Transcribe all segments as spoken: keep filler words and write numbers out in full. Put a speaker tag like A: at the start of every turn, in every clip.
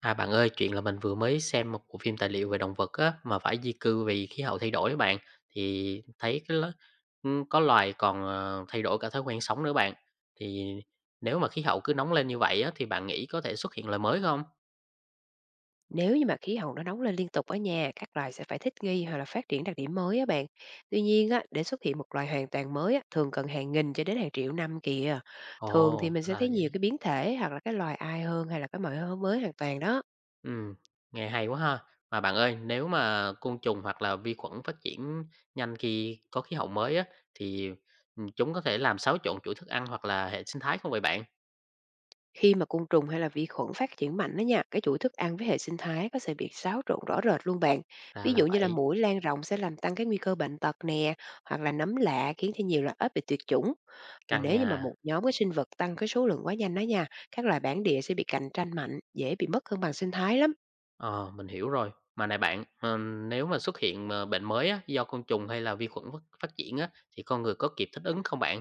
A: À bạn ơi, chuyện là mình vừa mới xem một bộ phim tài liệu về động vật á, mà phải di cư vì khí hậu thay đổi bạn, thì thấy cái lo- ừ, có loài còn ờ, thay đổi cả thói quen sống nữa bạn. Thì nếu mà khí hậu cứ nóng lên như vậy á, thì bạn nghĩ có thể xuất hiện loài mới không?
B: Nếu như mà khí hậu nó nóng lên liên tục ở nhà, các loài sẽ phải thích nghi hoặc là phát triển đặc điểm mới á bạn. Tuy nhiên á, để xuất hiện một loài hoàn toàn mới á, thường cần hàng nghìn cho đến hàng triệu năm kìa. Thường thì
A: Ồ,
B: mình sẽ
A: ra là
B: thấy nhiều
A: vậy.
B: cái biến thể hoặc là cái loài ai hơn hay là cái mọi hơn mới hoàn toàn đó.
A: Ừ, nghe hay quá ha. Mà bạn ơi, nếu mà côn trùng hoặc là vi khuẩn phát triển nhanh khi có khí hậu mới á, thì ừ, chúng có thể làm xáo trộn chuỗi thức ăn hoặc là hệ sinh thái không vậy bạn?
B: Khi mà côn trùng hay là vi khuẩn phát triển mạnh đó nha, cái chuỗi thức ăn với hệ sinh thái có thể bị xáo trộn rõ rệt luôn bạn.
A: Ra
B: Ví
A: là
B: dụ như là
A: vậy,
B: muỗi lan rộng sẽ làm tăng cái nguy cơ bệnh tật nè, hoặc là nấm lạ khiến cho nhiều loài ếch bị tuyệt chủng. Mà
A: căng
B: nếu như mà
A: nhà.
B: một nhóm cái sinh vật tăng cái số lượng quá nhanh đó nha, các loài bản địa sẽ bị cạnh tranh mạnh, dễ bị mất cân bằng sinh thái lắm.
A: Ờ, mình hiểu rồi. Mà này bạn, ờm, nếu mà xuất hiện mà bệnh mới á, do côn trùng hay là vi khuẩn phát phát triển á, thì con người có kịp thích ứng không bạn?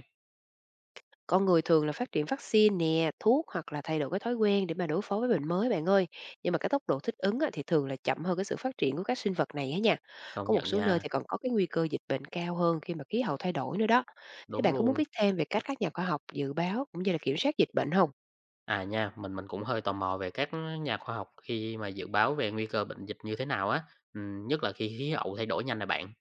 B: Con người thường là phát triển vaccine nè, thuốc hoặc là thay đổi cái thói quen để mà đối phó với bệnh mới bạn ơi. Nhưng mà cái tốc độ thích ứng á, thì thường là chậm hơn cái sự phát triển của các sinh vật này á nha.
A: Công
B: Có một
A: nhận
B: số nơi
A: nha,
B: thì còn có cái nguy cơ dịch bệnh cao hơn khi mà khí hậu thay đổi nữa đó. Thế
A: đúng
B: bạn có muốn
A: luôn.
B: biết thêm về cách các nhà khoa học dự báo cũng như là kiểm soát dịch bệnh không?
A: À nha, mình mình cũng hơi tò mò về các nhà khoa học khi mà dự báo về nguy cơ bệnh dịch như thế nào á, ừm, nhất là khi khí hậu thay đổi nhanh này bạn.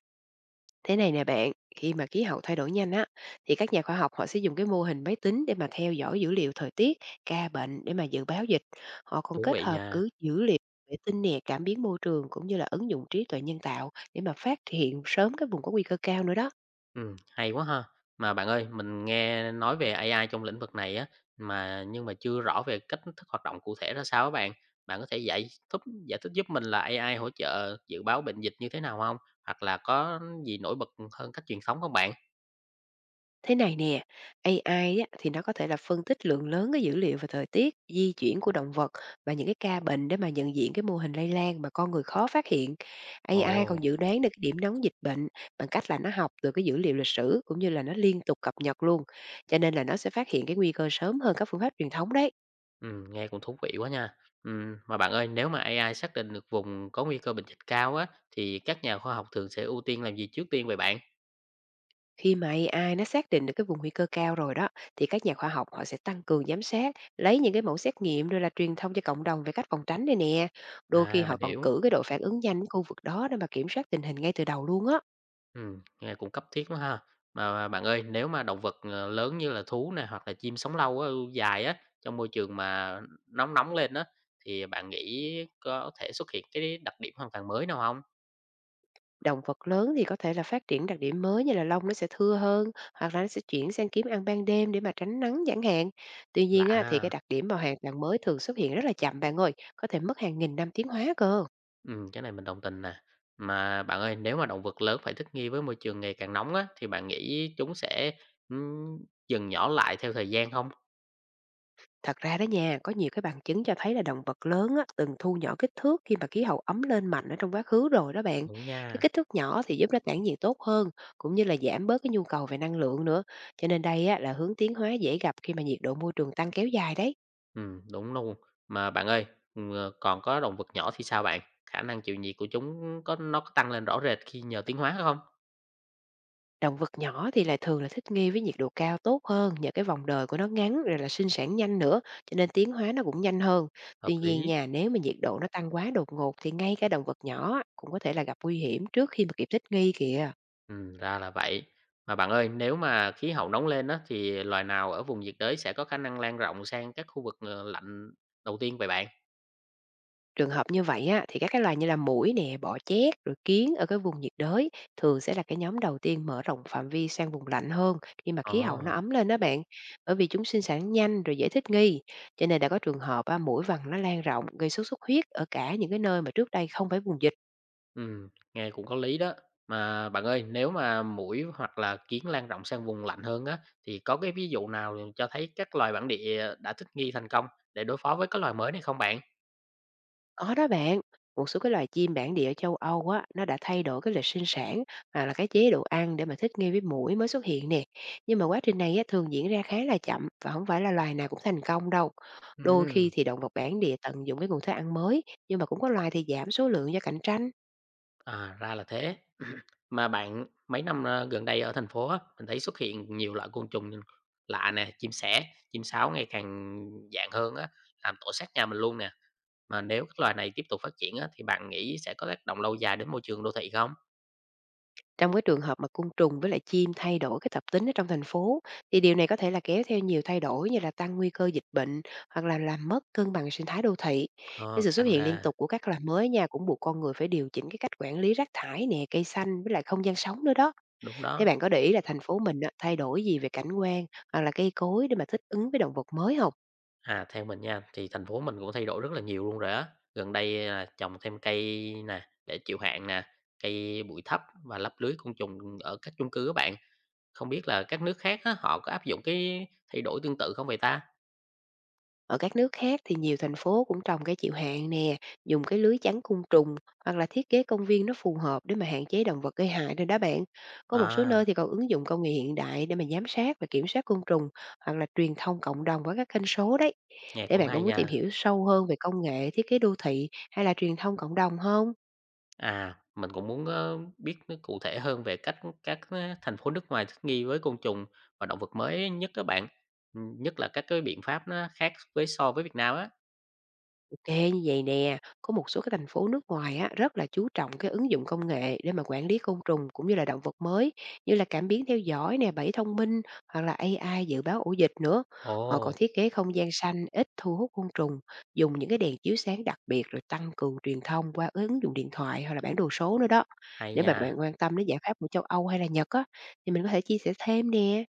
B: Thế này nè bạn, khi mà khí hậu thay đổi nhanh á, thì các nhà khoa học họ sẽ dùng cái mô hình máy tính để mà theo dõi dữ liệu thời tiết, ca bệnh để mà dự báo dịch. Họ còn
A: Thú
B: kết
A: vị
B: hợp cứ
A: nha.
B: dữ liệu vệ tinh nè, cảm biến môi trường cũng như là ứng dụng trí tuệ nhân tạo để mà phát hiện sớm các vùng có nguy cơ cao nữa đó.
A: Ừm, hay quá ha. Mà bạn ơi, mình nghe nói về a i trong lĩnh vực này á, mà nhưng mà chưa rõ về cách thức hoạt động cụ thể ra sao á bạn. Bạn có thể giải thích, giải thích giúp mình là a i hỗ trợ dự báo bệnh dịch như thế nào không? Hoặc là có gì nổi bật hơn cách truyền thống không bạn?
B: Thế này nè, a i á, thì nó có thể là phân tích lượng lớn cái dữ liệu về thời tiết, di chuyển của động vật và những cái ca bệnh để mà nhận diện cái mô hình lây lan mà con người khó phát hiện. a i còn
A: Ồ,
B: dự đoán được cái điểm nóng dịch bệnh bằng cách là nó học từ cái dữ liệu lịch sử cũng như là nó liên tục cập nhật luôn. Cho nên là nó sẽ phát hiện cái nguy cơ sớm hơn các phương pháp truyền thống đấy.
A: ừm, nghe cũng thú vị quá nha. Ừm, mà bạn ơi, nếu mà a i xác định được vùng có nguy cơ bệnh dịch cao á, thì các nhà khoa học thường sẽ ưu tiên làm gì trước tiên vậy bạn?
B: Khi mà a i nó xác định được cái vùng nguy cơ cao rồi đó, thì các nhà khoa học họ sẽ tăng cường giám sát, lấy những cái mẫu xét nghiệm rồi là truyền thông cho cộng đồng về cách phòng tránh đây nè. Đôi khi
A: À,
B: họ
A: mình
B: còn
A: hiểu.
B: cử cái đội phản ứng nhanh ở khu vực đó để mà kiểm soát tình hình ngay từ đầu luôn á.
A: Ừm, nghe cũng cấp thiết quá ha. Mà bạn ơi, nếu mà động vật, ờ, lớn như là thú này hoặc là chim sống lâu á, dài á, trong môi trường mà nóng nóng lên á, thì bạn nghĩ có thể xuất hiện cái đặc điểm hoàn toàn mới nào không?
B: Động vật lớn thì có thể là phát triển đặc điểm mới như là lông nó sẽ thưa hơn, hoặc là nó sẽ chuyển sang kiếm ăn ban đêm để mà tránh nắng chẳng hạn. Tuy
A: Lạ
B: nhiên á, thì
A: ha.
B: cái đặc điểm mà hoàn toàn mới thường xuất hiện rất là chậm bạn ơi, có thể mất hàng nghìn năm tiến hóa cơ.
A: Ừm, cái này mình đồng tình nè. Mà bạn ơi, nếu mà động vật lớn phải thích nghi với môi trường ngày càng nóng á, thì bạn nghĩ chúng sẽ, ừm, dần nhỏ lại theo thời gian không?
B: Thật ra đó nha, có nhiều cái bằng chứng cho thấy là động vật lớn á, từng thu nhỏ kích thước khi mà khí hậu ấm lên mạnh ở trong quá khứ rồi đó bạn.
A: Đúng
B: Cái
A: nha.
B: kích thước nhỏ thì giúp nó tản nhiệt tốt hơn, cũng như là giảm bớt cái nhu cầu về năng lượng nữa. Cho nên đây á, là hướng tiến hóa dễ gặp khi mà nhiệt độ môi trường tăng kéo dài đấy.
A: Ừm, đúng luôn. Mà bạn ơi, ừm, ờ, còn có động vật nhỏ thì sao bạn? Khả năng chịu nhiệt của chúng có nó có tăng lên rõ rệt khi nhờ tiến hóa không?
B: Động vật nhỏ thì lại thường là thích nghi với nhiệt độ cao tốt hơn nhờ cái vòng đời của nó ngắn rồi là sinh sản nhanh nữa, cho nên tiến hóa nó cũng nhanh hơn.
A: Hợp
B: Tuy nhiên
A: lý.
B: nha, nếu mà nhiệt độ nó tăng quá đột ngột thì ngay cả động vật nhỏ á, cũng có thể là gặp nguy hiểm trước khi mà kịp thích nghi kìa.
A: Ừm, ra là vậy. Mà bạn ơi, nếu mà khí hậu nóng lên đó thì loài nào ở vùng nhiệt đới sẽ có khả năng lan rộng sang các khu vực, ờ, lạnh đầu tiên vậy bạn?
B: Trường hợp như vậy á, thì các cái loài như là muỗi nè, bọ chét, rồi kiến ở cái vùng nhiệt đới thường sẽ là cái nhóm đầu tiên mở rộng phạm vi sang vùng lạnh hơn khi mà khí hậu nó
A: Ờ,
B: ấm lên đó bạn. Bởi vì chúng sinh sản nhanh rồi dễ thích nghi. Cho nên đã có trường hợp á, muỗi vằn nó lan rộng gây sốt xuất huyết ở cả những cái nơi mà trước đây không phải vùng dịch.
A: ừm, nghe cũng có lý đó. Mà bạn ơi, nếu mà muỗi hoặc là kiến lan rộng sang vùng lạnh hơn á, thì có cái ví dụ nào cho thấy các loài bản địa đã thích nghi thành công để đối phó với các loài mới này không bạn?
B: Có đó bạn, một số cái loài chim bản địa ở châu Âu á, nó đã thay đổi cái lịch sinh sản hoặc là cái chế độ ăn để mà thích nghi với muỗi mới xuất hiện nè. Nhưng mà quá trình này á, thường diễn ra khá là chậm và không phải là loài nào cũng thành công đâu. Đôi khi
A: Ừm,
B: thì động vật bản địa tận dụng cái nguồn thức ăn mới, nhưng mà cũng có loài thì giảm số lượng do cạnh tranh.
A: à, ra là thế. Mà bạn mấy năm, ơ, gần đây ở thành phố á, mình thấy xuất hiện nhiều loại côn trùng lạ nè, chim sẻ, chim sáo ngày càng dạng hơn á, làm tổ sát nhà mình luôn nè. Mà nếu các loài này tiếp tục phát triển á, thì bạn nghĩ sẽ có tác động lâu dài đến môi trường đô thị không?
B: Trong cái trường hợp mà côn trùng với lại chim thay đổi cái tập tính ở trong thành phố, thì điều này có thể là kéo theo nhiều thay đổi như là tăng nguy cơ dịch bệnh hoặc là làm mất cân bằng sinh thái đô thị. Cái
A: Ờ,
B: sự xuất
A: căng
B: hiện liên
A: ha,
B: tục của các loài mới nha cũng buộc con người phải điều chỉnh cái cách quản lý rác thải nè, cây xanh với lại không gian sống nữa đó.
A: đúng
B: Thế
A: đó.
B: bạn có để ý là thành phố mình á, thay đổi gì về cảnh quan hoặc là cây cối để mà thích ứng với động vật mới không?
A: À, theo mình nha, thì thành phố mình cũng thay đổi rất là nhiều luôn rồi á. Gần đây là trồng thêm cây nè, để chịu hạn nè, cây bụi thấp và lắp lưới côn trùng ở các chung cư các bạn. Không biết là các nước khác á, họ có áp dụng cái thay đổi tương tự không vậy ta?
B: Ở các nước khác thì nhiều thành phố cũng trồng cây chịu hạn nè, dùng cái lưới chắn côn trùng hoặc là thiết kế công viên nó phù hợp để mà hạn chế động vật gây hại rồi đó bạn. Có một số
A: À,
B: nơi thì còn ứng dụng công nghệ hiện đại để mà giám sát và kiểm soát côn trùng, hoặc là truyền thông cộng đồng qua các kênh số đấy.
A: nghe
B: Để
A: cũng
B: bạn có
A: hay
B: muốn tìm
A: nha.
B: hiểu sâu hơn về công nghệ thiết kế đô thị hay là truyền thông cộng đồng không?
A: À, mình cũng muốn ờ, biết nó cụ thể hơn về cách các ờ, thành phố nước ngoài thích nghi với côn trùng và động vật mới nhất các bạn, Ừ, nhất là các cái biện pháp nó khác với so với Việt Nam á.
B: Ô kê, như vậy nè, có một số cái thành phố nước ngoài á, rất là chú trọng cái ứng dụng công nghệ để mà quản lý côn trùng cũng như là động vật mới, như là cảm biến theo dõi nè, bẫy thông minh hoặc là a i dự báo ổ dịch nữa. Họ
A: Ồ,
B: còn thiết kế không gian xanh ít thu hút côn trùng, dùng những cái đèn chiếu sáng đặc biệt rồi tăng cường truyền thông qua ứng dụng điện thoại hoặc là bản đồ số nữa đó.
A: hay
B: Nếu mà bạn
A: nha.
B: quan tâm đến giải pháp của châu Âu hay là Nhật á, thì mình có thể chia sẻ thêm nè.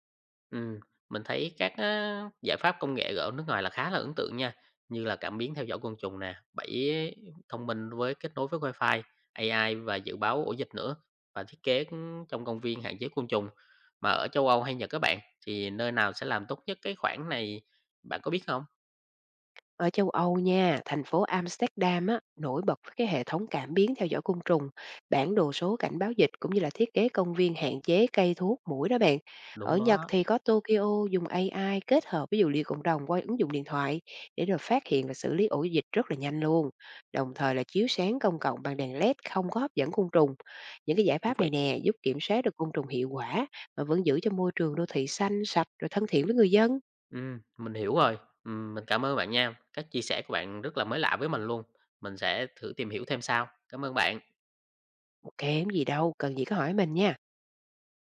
A: Ừm, mình thấy các á, giải pháp công nghệ ở nước ngoài là khá là ấn tượng nha, như là cảm biến theo dõi côn trùng nè, bẫy thông minh với kết nối với Wi-Fi, a i và dự báo ổ dịch nữa và thiết kế cũng trong công viên hạn chế côn trùng. Mà ở châu Âu hay Nhật các bạn thì nơi nào sẽ làm tốt nhất cái khoản này bạn có biết không?
B: Ở châu Âu nha, thành phố Amsterdam á, nổi bật với cái hệ thống cảm biến theo dõi côn trùng, bản đồ số cảnh báo dịch cũng như là thiết kế công viên hạn chế cây thuốc muỗi đó bạn.
A: Đúng
B: Ở Nhật
A: đó,
B: thì có Tokyo dùng a i kết hợp với dữ liệu cộng đồng qua ứng dụng điện thoại để rồi phát hiện và xử lý ổ dịch rất là nhanh luôn. Đồng thời là chiếu sáng công cộng bằng đèn LED không có hấp dẫn côn trùng. Những cái giải
A: thú
B: pháp
A: vị.
B: này nè giúp kiểm soát được côn trùng hiệu quả mà vẫn giữ cho môi trường đô thị xanh, sạch rồi thân thiện với người dân.
A: Ừm, mình hiểu rồi. Ừm, mình cảm ơn bạn nha. Các chia sẻ của bạn rất là mới lạ với mình luôn. Mình sẽ thử tìm hiểu thêm sau. Cảm ơn bạn.
B: Kém gì đâu, cần gì có hỏi mình nha.